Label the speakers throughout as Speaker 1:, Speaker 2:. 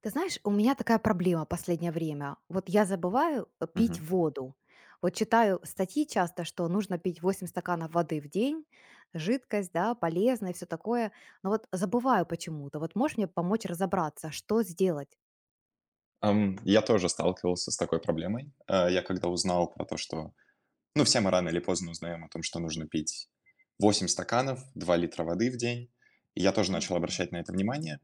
Speaker 1: Ты знаешь, у меня такая проблема последнее время. Вот я забываю пить
Speaker 2: Мгм.
Speaker 1: воду. Вот читаю статьи часто, что нужно пить 8 стаканов воды в день, жидкость, да, полезная и все такое. Но вот забываю почему-то. Вот можешь мне помочь разобраться, что сделать?
Speaker 2: Я тоже сталкивался с такой проблемой. Я когда узнал про то, что. Ну, все мы рано или поздно узнаем о том, что нужно пить 8 стаканов, 2 литра воды в день. И я тоже начал
Speaker 1: Мгм,
Speaker 2: обращать на это внимание.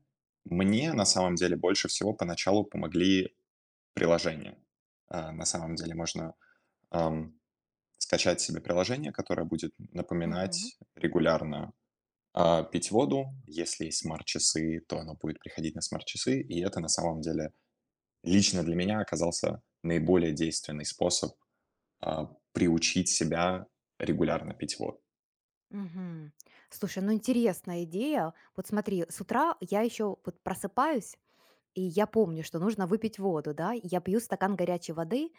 Speaker 2: Мне на самом деле больше всего поначалу помогли приложения. На самом деле можно ам, скачать себе приложение, которое будет
Speaker 1: мгм,
Speaker 2: напоминать регулярно пить воду. Если есть смарт-часы, то оно будет приходить на смарт-часы, и это на самом деле лично для меня оказался наиболее действенный способ а, приучить себя регулярно пить воду.
Speaker 1: мгм. Слушай, ну интересная идея. Вот смотри, с утра я еще вот просыпаюсь, и я помню, что нужно выпить воду, да, и я пью стакан горячей воды,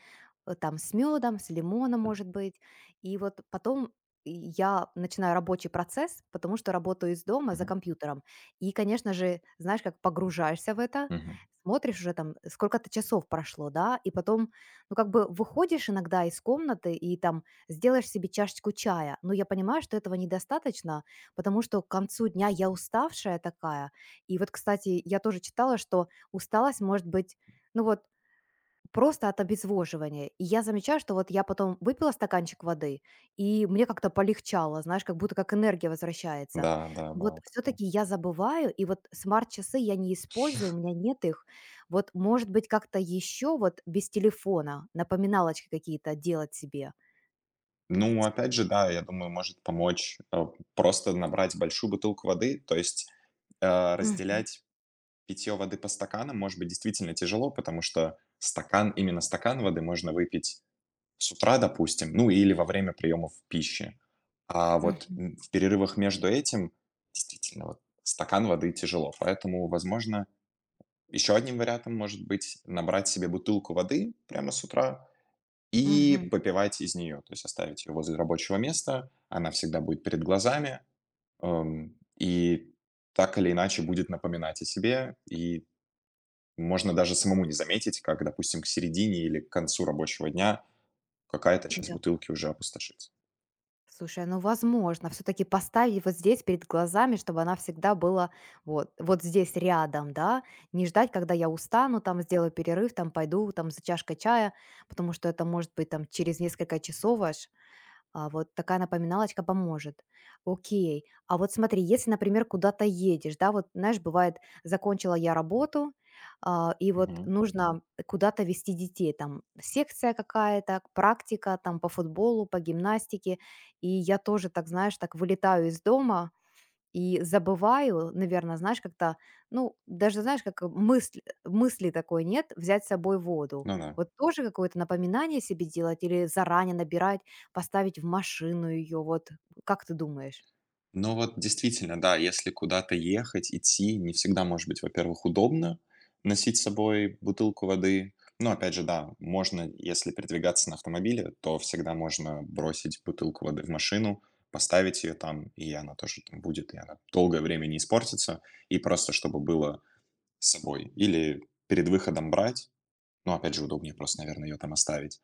Speaker 1: там с медом, с лимоном, может быть. И вот потом я начинаю рабочий процесс, потому что работаю из дома за
Speaker 2: Мгм.
Speaker 1: компьютером. И, конечно же, знаешь, как погружаешься в это,
Speaker 2: Мгм.
Speaker 1: смотришь уже там, сколько-то часов прошло, да, и потом, ну, как бы выходишь иногда из комнаты и там сделаешь себе чашечку чая. Но я понимаю, что этого недостаточно, потому что к концу дня я уставшая такая. И вот, кстати, я тоже читала, что усталость может быть, ну вот, просто от обезвоживания. И я замечаю, что вот я потом выпила стаканчик воды, и мне как-то полегчало, знаешь, как будто как энергия возвращается.
Speaker 2: Да, да,
Speaker 1: Вот
Speaker 2: было такое.
Speaker 1: все-таки я забываю, и вот смарт-часы я не использую, у меня нет их. Вот, может быть, как-то еще вот без телефона напоминалочки какие-то делать себе.
Speaker 2: Ну, опять же, да, я думаю, может помочь просто набрать большую бутылку воды, то есть
Speaker 1: Мгм,
Speaker 2: разделять питье воды по стаканам может быть действительно тяжело, потому что стакан, именно стакан воды можно выпить с утра, допустим, ну или во время приемов пищи. А вот
Speaker 1: мгм,
Speaker 2: в перерывах между этим действительно вот стакан воды тяжело. Поэтому, возможно, еще одним вариантом может быть набрать себе бутылку воды прямо с утра и
Speaker 1: мгм.
Speaker 2: попивать из нее. То есть оставить ее возле рабочего места, она всегда будет перед глазами, и так или иначе будет напоминать о себе, и можно даже самому не заметить, как, допустим, к середине или к концу рабочего дня какая-то часть
Speaker 1: Да.
Speaker 2: бутылки уже опустошится.
Speaker 1: Слушай, ну, возможно, все таки поставить вот здесь перед глазами, чтобы она всегда была вот здесь рядом, да. Не ждать, когда я устану, там сделаю перерыв, там пойду там за чашкой чая, потому что это может быть там через несколько часов аж. А вот такая напоминалочка поможет. Окей. А вот смотри, если, например, куда-то едешь, да, вот, знаешь, бывает, закончила я работу, и вот
Speaker 2: Мгм.
Speaker 1: нужно куда-то вести детей, там секция какая-то, практика там по футболу, по гимнастике, и я тоже, так знаешь, так вылетаю из дома, и забываю, наверное, знаешь, как-то, ну, даже, знаешь, как мысль мысли такой нет: взять с собой воду.
Speaker 2: Ну да.
Speaker 1: Вот тоже какое-то напоминание себе делать или заранее набирать, поставить в машину ее. Вот как ты думаешь?
Speaker 2: Ну вот действительно, да, если куда-то ехать, идти, не всегда может быть, во-первых, удобно носить с собой бутылку воды. Но опять же, да, можно, если передвигаться на автомобиле, то всегда можно бросить бутылку воды в машину, поставить ее там, и она тоже там будет, и она долгое время не испортится, и просто чтобы было с собой. Или перед выходом брать, ну, опять же, удобнее просто, наверное, ее там оставить.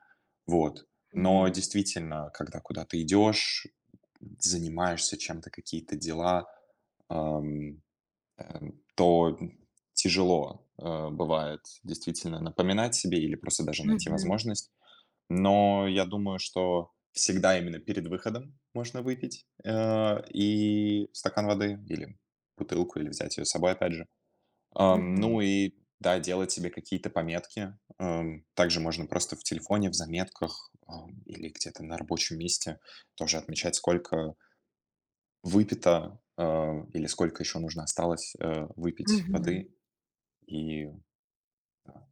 Speaker 2: Вот. Но
Speaker 1: Мгм.
Speaker 2: действительно, когда куда-то идешь, занимаешься чем-то, какие-то дела, ам, то тяжело бывает действительно напоминать себе или просто даже найти
Speaker 1: Мгм.
Speaker 2: возможность. Но я думаю, что всегда именно перед выходом можно выпить и стакан воды или бутылку, или взять ее с собой, опять же.
Speaker 1: Мгм.
Speaker 2: Ну и да, делать себе какие-то пометки. Также можно просто в телефоне, в заметках, или где-то на рабочем месте тоже отмечать, сколько выпито, или сколько еще нужно осталось, выпить
Speaker 1: Мгм.
Speaker 2: воды. И да.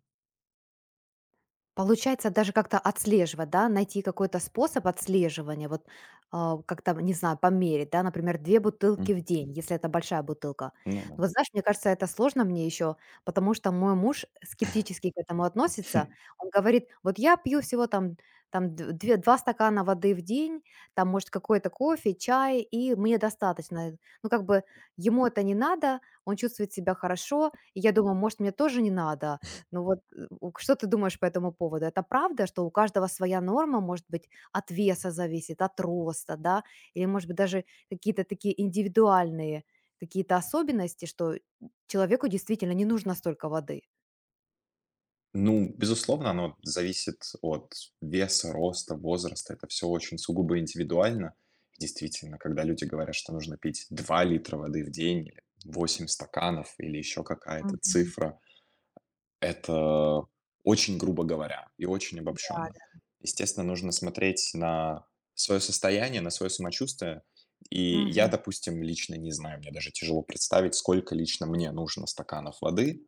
Speaker 1: Получается, даже как-то отслеживать, да, найти какой-то способ отслеживания, вот как-то, не знаю, померить, да, например, две
Speaker 2: Мгм.
Speaker 1: бутылки в день, если это большая бутылка.
Speaker 2: Ну да.
Speaker 1: Но вот знаешь, мне кажется, это сложно мне еще, потому что мой муж скептически к этому относится. Он говорит, вот я пью всего там, там 2 стакана воды в день, там, может, какой-то кофе, чай, и мне достаточно. Ну, как бы ему это не надо, он чувствует себя хорошо, и я думаю, может, мне тоже не надо, ну вот у что ты думаешь по этому поводу? Это правда, что у каждого своя норма, может быть, от веса зависит, от роста, да? Или, может быть, даже какие-то такие индивидуальные какие-то особенности, что человеку действительно не нужно столько воды?
Speaker 2: Ну, безусловно, оно зависит от веса, роста, возраста. Это все очень сугубо индивидуально. Действительно, когда люди говорят, что нужно пить 2 литра воды в день или 8 стаканов, или еще какая-то
Speaker 1: Мгм.
Speaker 2: цифра, это очень грубо говоря и очень
Speaker 1: Да,
Speaker 2: обобщенно.
Speaker 1: да.
Speaker 2: Естественно, нужно смотреть на свое состояние, на свое самочувствие. И я,
Speaker 1: Мгм.
Speaker 2: допустим, лично не знаю, мне даже тяжело представить, сколько лично мне нужно стаканов воды.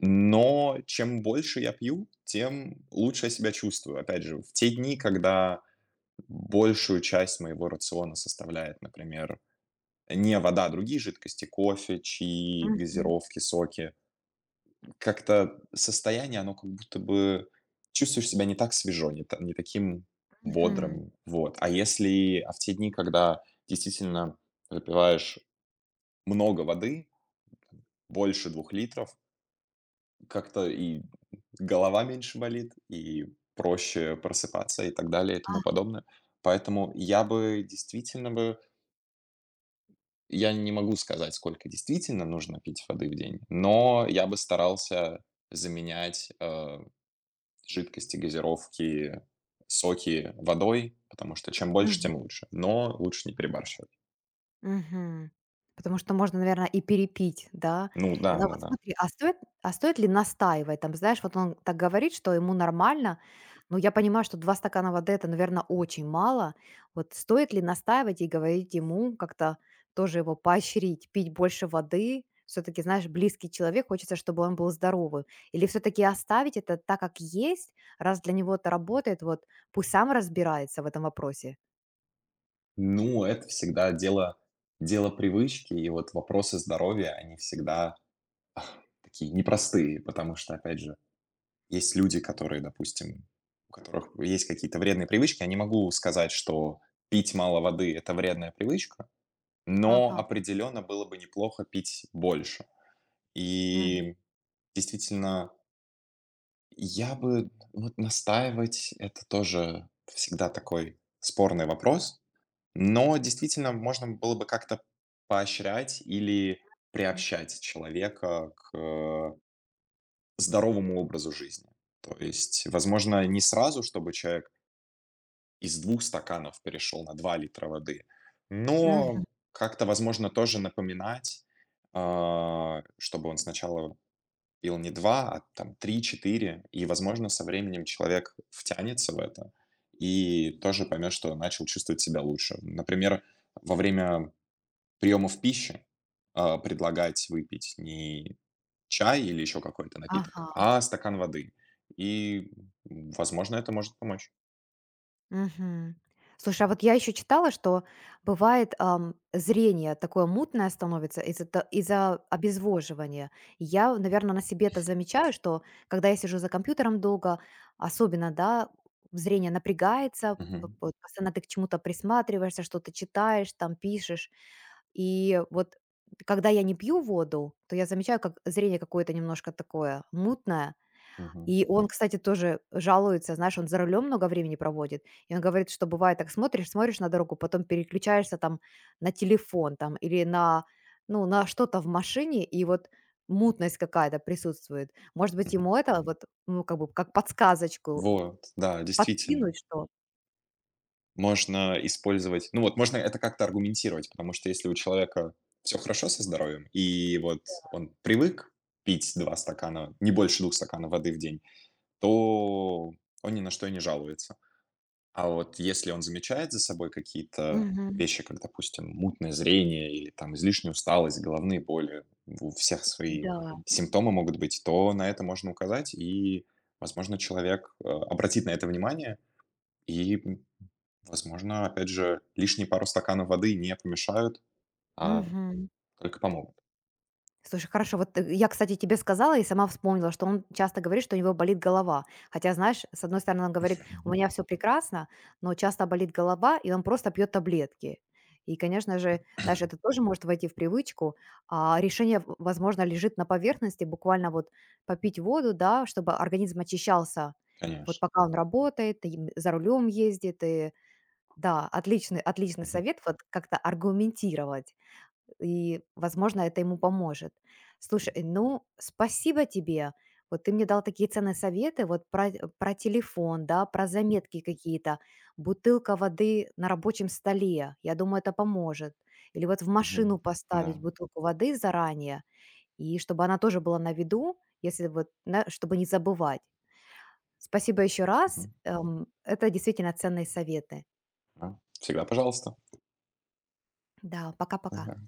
Speaker 2: Но чем больше я пью, тем лучше я себя чувствую. Опять же, в те дни, когда большую часть моего рациона составляет, например, не вода, а другие жидкости, кофе, чаи,
Speaker 1: Мгм.
Speaker 2: газировки, соки, как-то состояние, оно как будто бы чувствуешь себя не так свежо, не таким
Speaker 1: Мгм.
Speaker 2: бодрым, вот. А если, а в те дни, когда действительно выпиваешь много воды, больше 2 литров, как-то и голова меньше болит, и проще просыпаться и так далее и
Speaker 1: А.
Speaker 2: тому подобное. Поэтому я бы действительно бы, я не могу сказать, сколько действительно нужно пить воды в день, но я бы старался заменять жидкости, газировки, соки водой, потому что чем больше, тем
Speaker 1: Мгм.
Speaker 2: лучше. Но лучше не перебарщивать.
Speaker 1: Мгм. Потому что можно, наверное, и перепить, да?
Speaker 2: Ну
Speaker 1: Ну
Speaker 2: да, да,
Speaker 1: вот
Speaker 2: да.
Speaker 1: смотри, а стоит ли настаивать? Там, знаешь, вот он так говорит, что ему нормально, но я понимаю, что 2 стакана воды — это, наверное, очень мало. Вот стоит ли настаивать и говорить ему, как-то тоже его поощрить, пить больше воды? Все таки знаешь, близкий человек, хочется, чтобы он был здоровым. Или все таки оставить это так, как есть, раз для него это работает, вот пусть сам разбирается в этом вопросе?
Speaker 2: Ну, это всегда дело привычки, и вот вопросы здоровья, они всегда такие непростые, потому что, опять же, есть люди, которые, допустим, у которых есть какие-то вредные привычки. Я не могу сказать, что пить мало воды — это вредная привычка, но
Speaker 1: Ага.
Speaker 2: определенно было бы неплохо пить больше.
Speaker 1: Мгм.
Speaker 2: И действительно, я бы вот настаивать — это тоже всегда такой спорный вопрос, но действительно можно было бы как-то поощрять или приобщать человека к здоровому образу жизни. То есть, возможно, не сразу, чтобы человек из 2 стаканов перешел на 2 литра воды,
Speaker 1: Мгм.
Speaker 2: но как-то, возможно, тоже напоминать, чтобы он сначала или не два, а там 3-4. И, возможно, со временем человек втянется в это и тоже поймет, что начал чувствовать себя лучше. Например, во время приемов пищи предлагать выпить не чай или еще какой-то напиток,
Speaker 1: Ага.
Speaker 2: а стакан воды. И, возможно, это может помочь.
Speaker 1: Мгм. Слушай, а вот я еще читала, что бывает, зрение такое мутное становится из-за обезвоживания. Я, наверное, на себе это замечаю, что когда я сижу за компьютером долго, особенно, да, зрение напрягается, п
Speaker 2: Мгм.
Speaker 1: вот постоянно ты к чему-то присматриваешься, что-то читаешь, там пишешь. И вот когда я не пью воду, то я замечаю, как зрение какое-то немножко такое мутное.
Speaker 2: Мгм.
Speaker 1: И он, кстати, тоже жалуется, знаешь, он за рулем много времени проводит, и он говорит, что бывает так: смотришь на дорогу, потом переключаешься там на телефон там или на, ну, на что-то в машине, и вот мутность какая-то присутствует. Может быть,
Speaker 2: Мгм.
Speaker 1: ему это вот, ну, как бы как подсказочку
Speaker 2: Вот, да, действительно.
Speaker 1: подкинуть, что.
Speaker 2: Можно использовать ну вот, можно это как-то аргументировать, потому что если у человека все хорошо со здоровьем, и вот он привык пить 2 стакана, не больше 2 стаканов воды в день, то он ни на что и не жалуется. А вот если он замечает за собой какие-то
Speaker 1: Мгм.
Speaker 2: вещи, как, допустим, мутное зрение или там излишняя усталость, головные боли, у всех свои
Speaker 1: Да.
Speaker 2: симптомы могут быть, то на это можно указать, и, возможно, человек, обратит на это внимание и, возможно, опять же, лишние пару стаканов воды не помешают, а
Speaker 1: Мгм.
Speaker 2: только помогут,
Speaker 1: Слушай, хорошо. Вот, я, кстати, тебе сказала и сама вспомнила, что он часто говорит, что у него болит голова. Хотя, знаешь, с одной стороны, он говорит: "У меня все прекрасно", но часто болит голова, и он просто пьет таблетки. И, конечно же, знаешь, это тоже может войти в привычку, а решение, в возможно, лежит на поверхности. Буквально вот попить воду, да, чтобы организм очищался. Вот
Speaker 2: конечно.
Speaker 1: пока он работает, и за рулем ездит, и да, отличный
Speaker 2: Мгм.
Speaker 1: совет вот как-то аргументировать. И, возможно, это ему поможет. Слушай, ну, спасибо тебе. Вот ты мне дал такие ценные советы, вот про, про телефон, да, про заметки какие-то, бутылка воды на рабочем столе, я думаю, это поможет. Или вот в машину
Speaker 2: Мгм.
Speaker 1: поставить
Speaker 2: Да,
Speaker 1: бутылку воды заранее, и чтобы она тоже была на виду, если вот, чтобы не забывать. Спасибо еще раз,
Speaker 2: мгм,
Speaker 1: это действительно ценные советы.
Speaker 2: да. Всегда пожалуйста.
Speaker 1: Да, пока-пока.
Speaker 2: Ага.